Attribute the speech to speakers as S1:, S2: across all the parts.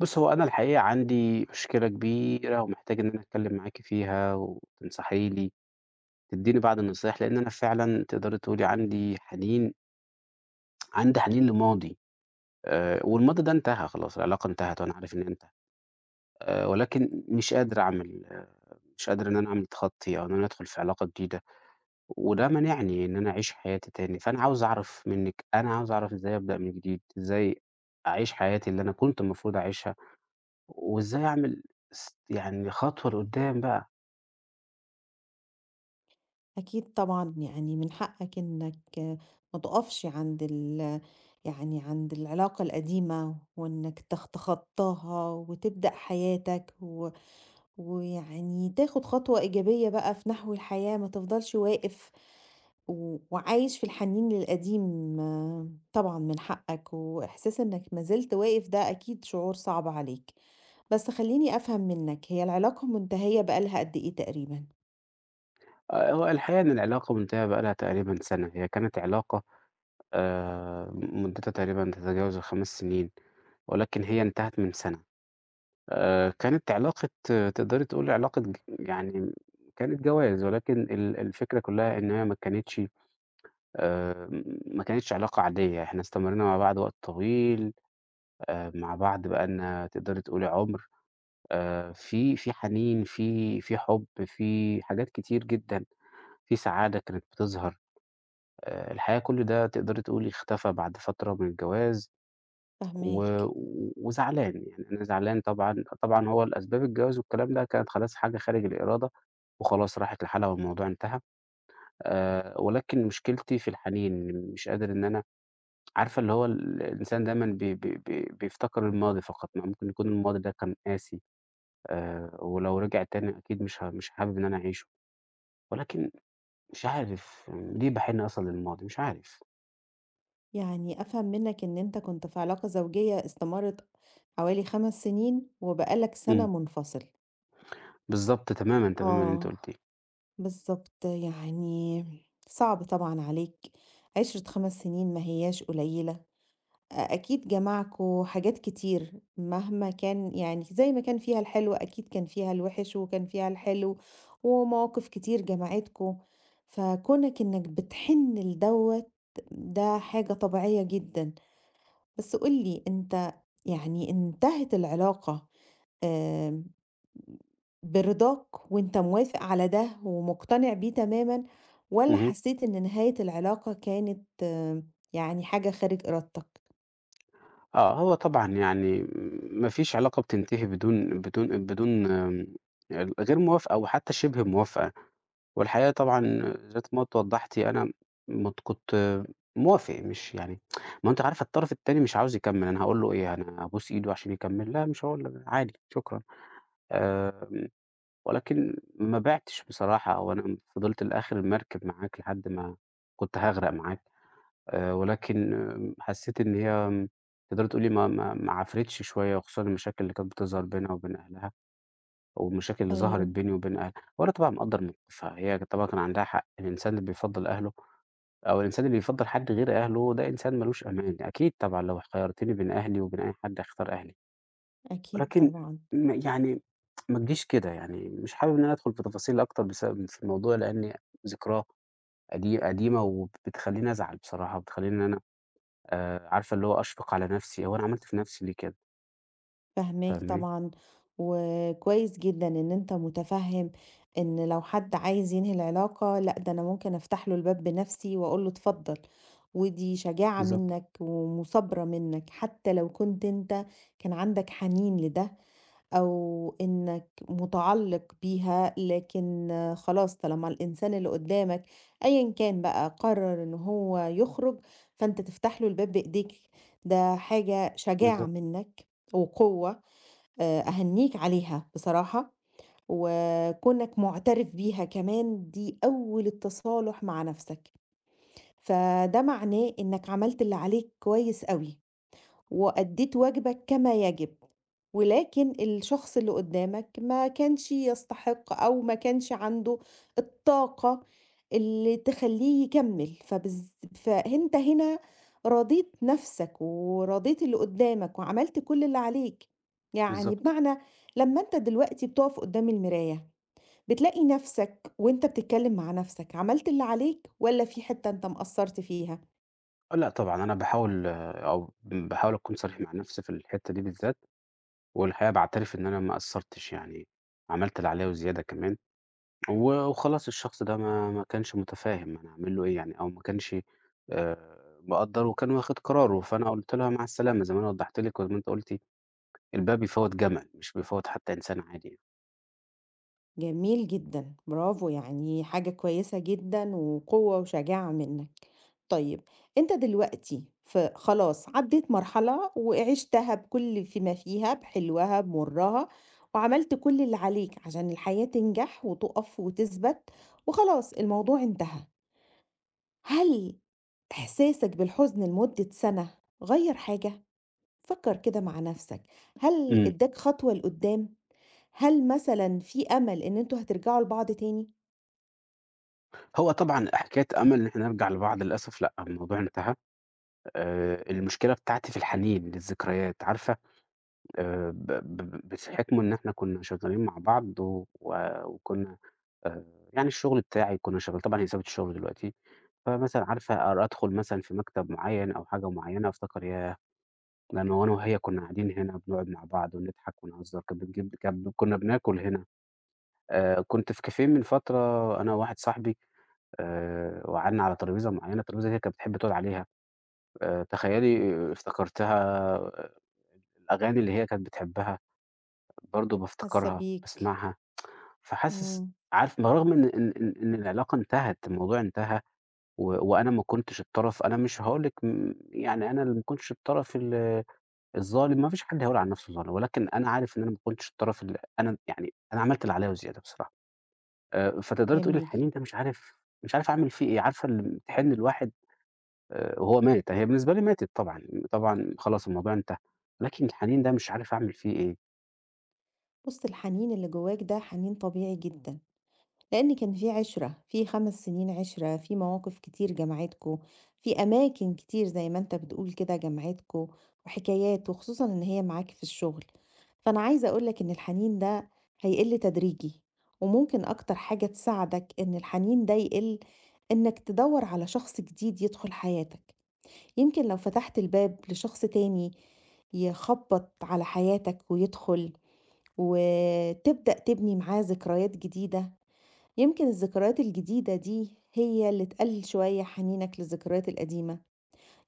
S1: بُص، هو أنا الحقيقة عندي مشكلة كبيرة ومحتاج إن أنا أتكلّم معاكِ فيها وتنصحي لي، تدّيني بعض النصايح، لإن أنا فعلًا تقدري تقولي عندي حنين لماضي. والماضي ده انتهى خلاص، العلاقة انتهت وأنا عارف إنها انتهت. ولكن مش قادر إن أنا أعمل تخطي أو إن أنا أدخل في علاقة جديدة، وده مانعني إن أنا أعيش حياتي تاني، فأنا عاوز أعرف منِّك، أنا عاوز أعرف إزاي أبدأ من جديد، إزاي أعيش حياتي اللي أنا كنت المفروض أعيشها وإزاي أعمل يعني خطوة لقدّام بقى.
S2: أكيد طبعًا، يعني من حقك إنك ما تُقفش عند ال يعني عند العلاقة القديمة، وإنك تتخطاها وتبدأ حياتك، ويعني تاخد خطوة إيجابية بقى في نحو الحياة، ما تفضلش واقف و وعايش في الحنين للقديم، آه، طبعًا من حقك، وإحساس إنك ما زلت واقف ده أكيد شعور صعب عليك. بس خلّيني أفهم منك، هي العلاقة منتهية بقى لها قد إيه تقريبًا؟
S1: هو الحقيقة إن العلاقة منتهية بقى لها تقريبًا سَنة، هي كانت علاقة مُدّتها تقريبًا تتجاوز ال5 سنين، ولكن هي انتهت من سَنة. كانت علاقة آه، تقدري تقولي علاقة يعني كانت جواز، ولكن الفكرة كُلّها إن هي آآ ما كانتش علاقة عادية، إحنا استمرينا مع بعض وقت طويل. مع بعض بقى لنا تقدري تقولي عُمر. في حنين، في حُب، في حاجات كتير جدًا، في سعادة كانت بتظهر. الحقيقة كل ده تقدري تقولي اختفى بعد فترة من الجواز. و
S2: فاهماك.
S1: وزعلان، يعني أنا زعلان طبعًا، طبعًا هو الأسباب الجواز والكلام ده كانت خلاص حاجة خارج الإرادة وخلاص راحت لحالها والموضوع انتهى. ولكن مشكلتي في الحنين، مش قادر إن أنا عارفة اللي هو الإنسان دايمًا بي بي بي بيفتكر الماضي فقط، ما ممكن يكون الماضي ده كان قاسي. ولو رجع تاني أكيد مش حابب إن أنا أعيشه، ولكن مش عارف ليه باحن أصلًا للماضي، مش عارف.
S2: يعني أفهم منك إن أنت كنت في علاقة زوجية استمرت حوالي 5 سنين وبقالك سنة
S1: إمم،
S2: منفصل.
S1: بالضبط تمامًا، تمامًا اللي أنت
S2: آه،
S1: قُلتيه.
S2: بالظبط، يعني صعب طبعا عليك، عشرة 5 سنين ما هياش قليلة، أكيد جمعكوا حاجات كتير، مهما كان يعني زي ما كان فيها الحلو أكيد كان فيها الوحش وكان فيها الحلو ومواقف كتير جمعتكوا، فكونك إنك بتحن لدوت ده حاجة طبيعية جدا. بس قُل لي أنت، يعني انتهت العلاقة آمم برضاك وأنت موافق على ده ومقتنع بيه تمامًا، والّا
S1: اهم.
S2: حسيت إن نهاية العلاقة كانت يعني حاجة خارج إرادتك؟
S1: آه، هو طبعًا يعني ما فيش علاقة بتنتهي بدون غير موافقة أو حتى شبه موافقة، والحقيقة طبعًا ذات ما وضّحتِ أنا كنت موافق مش يعني ما هو أنتِ عارفة الطرف التاني مش عاوز يكمّل، أنا هاقول له إيه، أنا هابوس إيده عشان يكمّل؟ لا مش هاقول له، عادي شكرًا. آآ ولكن ما بِعتش بصراحة، هو أنا فضلت لآخر المركب معاك لحد ما كنت هاغرق معاك. ولكن حسّيت إن هي تقدري تقولي ما عفرِتش شوية، وخصوصًا المشاكل اللي كانت بتظهر بينها وبين أهلها، أو المشاكل اللي ظهرت
S2: أيوه،
S1: بيني وبين أهلها، وأنا طبعًا مقدّر موقفها، هي طبعًا كان عندها حق، الإنسان اللي بيفضّل أهله أو الإنسان اللي بيفضّل حد غير أهله، ده إنسان ما لوش أمان، أكيد طبعًا لو خيّرتيني بين أهلي وبين أي حد هاختار أهلي.
S2: أكيد
S1: ولكن
S2: طبعًا.
S1: يعني ما تجيش كده، يعني مش حابب إن أنا أدخل في تفاصيل أكتر بسبب في الموضوع لإن ذكراه قديمة وبتخلّيني أزعل بصراحة، وبتخلّيني إن أنا عارفة اللي هو أشفق على نفسي، هو أنا عملت في نفسي ليه كده؟
S2: فاهماك
S1: فاهماني؟
S2: طبعًا، وكويس جدًا إن أنت مُتفهِّم، إن لو حد عايز ينهي العلاقة، لأ ده أنا ممكن أفتح له الباب بنفسي وأقول له اتفضل، ودي شجاعة
S1: بالضبط،
S2: منّك ومثابرة منّك، حتى لو كنت أنت كان عندك حنين لده أو إنّك مُتعلّق بيها، لكن آه، خلاص طالما الإنسان اللي قدّامك أيًا كان بقى قرّر إن هو يخرج، فأنت تفتح له الباب بإيديك، ده حاجة شجاعة
S1: بالضبط،
S2: منّك وقوة، أهنّيك عليها بصراحة، وكونك مُعترف بيها كمان دي أول التصالح مع نَفْسك، فده معناه إنك عملت اللي عليك كويس أوي. وأديت واجبك كما يجب، ولكن الشخص اللي قدامك ما كانش يستحق أو ما كانش عنده الطاقة اللي تخلّيه يكمّل، فأنت هنا راضيت نفسك وراضيت اللي قدامك وعملت كل اللي عليك، يعني
S1: بالضبط.
S2: بمعنى، لمّا أنت دلوقتي بتقف قدام المراية بتلاقي نفسك وأنت بتتكلم مع نفسك عملت اللي عليك والّا في حتّة أنت مقصّرت فيها؟
S1: آه لأ طبعًا أنا باحاول أكون صريح مع نفسي في الحتّة دي بالذات، والحقيقة باعترف إن أنا ما قصّرتش يعني، عملت اللي عليّا وزيادة كمان. و وخلاص الشخص ده ما كانش متفاهم أنا هاعمل له إيه يعني، أو ما كانش آآ مقدّر وكان واخد قراره، فأنا قُلت لها مع السلامة زي ما أنا وضّحت لِك وزي ما أنتِ قُلتِ، الباب بيفوّت جمل مش بيفوّت حتى إنسان عادي يعني.
S2: جميل جدًا، برافو، يعني حاجة كويسة جدًا وقوة وشجاعة منّك. طيب، أنت دلوقتي خلاص عدّيت مرحلة وعِشتها بكل فيما فيها، بحلوها، بمُرّها، وعملت كل اللي عليك عشان الحياة تنجح وتُقَف وتثبت وخلاص الموضوع انتهى. هل إحساسك بالحزن لمدة سَنة غيّر حاجة؟ فكّر كده مع نَفْسك، هل
S1: إمم.
S2: ادّاك خطوة لقُدّام؟ هل مثلًا في أمل إن أنتم هترجعوا لبعض تاني؟
S1: هو طبعًا حكاية أمل إن إحنا نرجع لبعض للأسف لأ، الموضوع انتهى. المشكلة بتاعتي في الحنين للذكريات، عارفة ب ب بحكم إن إحنا كنا شغالين مع بعض و و- وكنا آآ يعني الشغل بتاعي كنا شغال طبعًا هي سابت الشغل دلوقتي، فمثلًا عارفة أدخل مثلًا في مكتب معيّن أو حاجة معيّنة أفتكر ياه! ده أنا وهي كنا قاعدين هنا بنقعد مع بعض ونضحك ونهزر، كانت بتجيب كان كنا بناكل هنا. كنت في كافيه من فترة أنا وواحد صاحبي وقعدنا على ترابيزة معيّنة، الترابيزة دي هي كانت بتحب تقعد عليها. تخيلي آه، افتكرتها آه، الأغاني اللي هي كانت بتحبها برضه
S2: حاسة
S1: بافتكرها،
S2: بيك،
S1: باسمعها، فحاسس
S2: إمم،
S1: عارف برغم إن العلاقة انتهت، الموضوع انتهى. و وأنا ما كنتش الطرف أنا مش هاقول لِك يعني أنا اللي ما كنتش الطرف الظالم، ما فيش حد هيقول عن نَفْسه ظالم، ولكن أنا عارف إن أنا ما كنتش الطرف ال أنا عملت اللي عليّا وزيادة بصراحة. فتقدري تقولي
S2: جميل.
S1: الحنين ده مش عارف أعمل فيه إيه، عارفة تحِن الواحد وهو مات، هي بالنسبة لي ماتت طبعًا، طبعًا خلاص الموضوع انتهى، لكن الحنين ده مش عارف أعمل فيه إيه.
S2: بُص، الحنين اللي جواك ده حنين طبيعي جدًا، لإن كان في عِشرة، في 5 سنين عِشرة، في مواقف كتير جمعتكم، في أماكن كتير زي ما أنت بتقول كده جمعتكم، وحكايات، وخصوصًا إن هي معاك في الشغل. فأنا عايزة أقول لك إن الحنين ده هيقِل تدريجي، وممكن أكتر حاجة تساعدك إن الحنين ده يقِل إنك تدوّر على شخص جديد يدخل حياتك. يمكن لو فتحت الباب لشخص تاني يخبط على حياتك ويدخل وتبدأ تبني معاه ذكريات جديدة، يمكن الذكريات الجديدة دي هي اللي تقلل شوية حنينك للذكريات القديمة.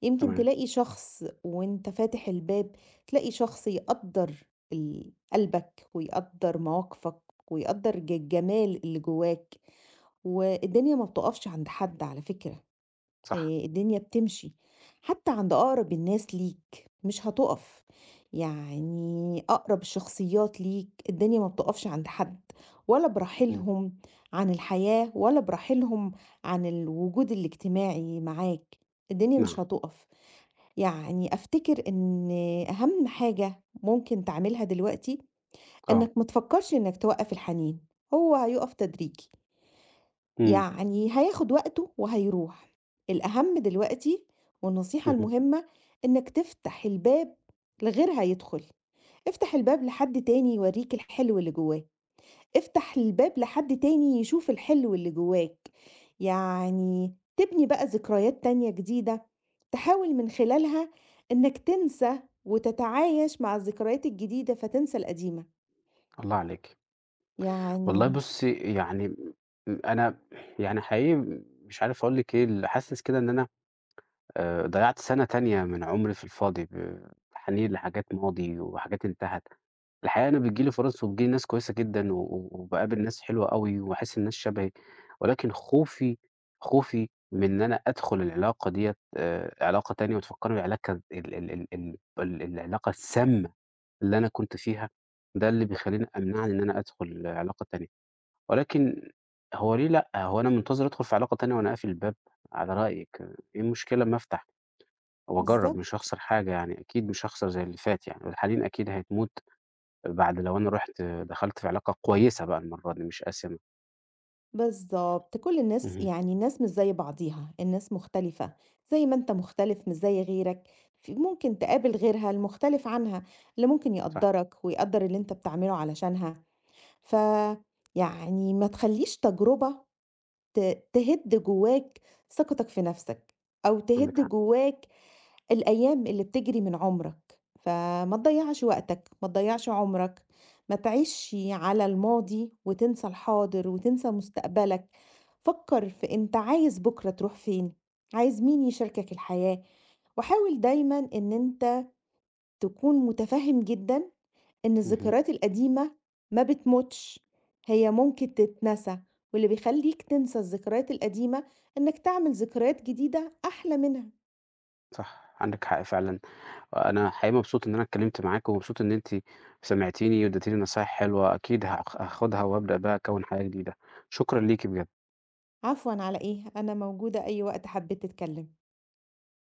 S2: يمكن
S1: تمام،
S2: تلاقي شخص وانت فاتح الباب، تلاقي شخص يقدر قلبك ويقدر مواقفك ويقدر الجمال اللي جواك. والدنيا ما بتقفش عند حد على فكرة.
S1: صح،
S2: الدنيا بتمشي، حتى عند أقرب الناس ليك مش هتُقف، يعني أقرب الشخصيات ليك الدنيا ما بتُقفش عند حد، ولا
S1: إمم،
S2: برحيلهم عن الحياة، ولا برحيلهم عن الوجود الاجتماعي معاك، الدنيا مش
S1: نعم،
S2: هتُقف، يعني أفتكر إن أهم حاجة ممكن تعملها دلوقتي
S1: آه.
S2: إنك ما تفكّرش إنك توقّف الحنين، هو هيُقف تدريجي.
S1: إمم،
S2: يعني هياخد وقته وهيروح. الأهم دلوقتي والنصيحة
S1: اهم،
S2: المهمة إنك تفتح الباب لغيرها يدخل، افتح الباب لحد تاني يوريك الحلو اللي جواه، افتح الباب لحد تاني يشوف الحلو اللي جواك، يعني تبني بقى ذكريات تانية جديدة، تحاول من خلالها إنك تنسى وتتعايش مع الذكريات الجديدة فتنسى القديمة،
S1: الله عليكِ. والله
S2: يعني
S1: بُصّي، يعني أنا يعني حقيقي مش عارف أقول لِك إيه، حاسس كده إن أنا ضيّعت سَنة تانية من عُمري في الفاضي بتحنين لحاجات ماضي وحاجات انتهت. الحقيقة أنا بتيجي لي فرص وبتيجي لي ناس كويسة جدًا و و وباقابل ناس حلوة أوي وباحس الناس شبهي، ولكن خوفي من إن أنا أدخُل العلاقة ديّة علاقة تانية وتفكّرني بالعلاقة ال ال ال ال ال العلاقة السامّة اللي أنا كنت فيها، ده اللي بيخلّيني أمنعني إن أنا أدخل علاقة تانية، ولكن هو ليه لأ، هو أنا منتظر أدخل في علاقة تانية وأنا قافل الباب على رأيِك، إيه المشكلة أمّا أفتح وأجرّب مش
S2: بالضبط.
S1: هاخسر حاجة يعني، أكيد مش هاخسر زي اللي فات يعني، والحنين أكيد هتموت بعد لو أنا رُحت دخلت في علاقة كويسة بقى المرّة دي مش آسِمة.
S2: بالضبط، كل الناس،
S1: اهم،
S2: يعني الناس مش زي بعضيها، الناس مختلفة، زي ما أنت مختلف مش زي غيرك، ف ممكن تقابل غيرها المختلف عنها، اللي ممكن
S1: صح،
S2: يقدّرك ويقدّر اللي أنت بتعمله علشانها، فيعني ما تخلّيش تجربة ت تهِد جواك ثقتك في نفسك، أو
S1: عندِك
S2: تهِد
S1: حق،
S2: جواك الأيام اللي بتجري من عمرك، فما تضيّعش وقتك، ما تضيّعش عمرك، ما تعيش على الماضي وتنسى الحاضر وتنسى مستقبلك، فكّر في أنت عايز بُكرة تروح فين، عايز مين يشاركك الحياة، وحاول دايمًا إن أنت تكون متفهّم جدًا إن
S1: اهم.
S2: الذكريات القديمة ما بتموتش، هي ممكن تتنسى، واللي بيخلّيك تنسى الذكريات القديمة إنك تعمل ذكريات جديدة أحلى منها.
S1: صح، عندِك حق فعلًا. أنا حقيقي مبسوط إن أنا اتكلمت معاكِ، ومبسوط إن أنتِ سمعتيني واديتيني نصايح حلوة، أكيد هاخدها وابدأ بقى أكوّن حياة جديدة. شكرًا ليكِ بجد.
S2: عفوًا على إيه، أنا موجودة أي وقت حبيت تتكلم.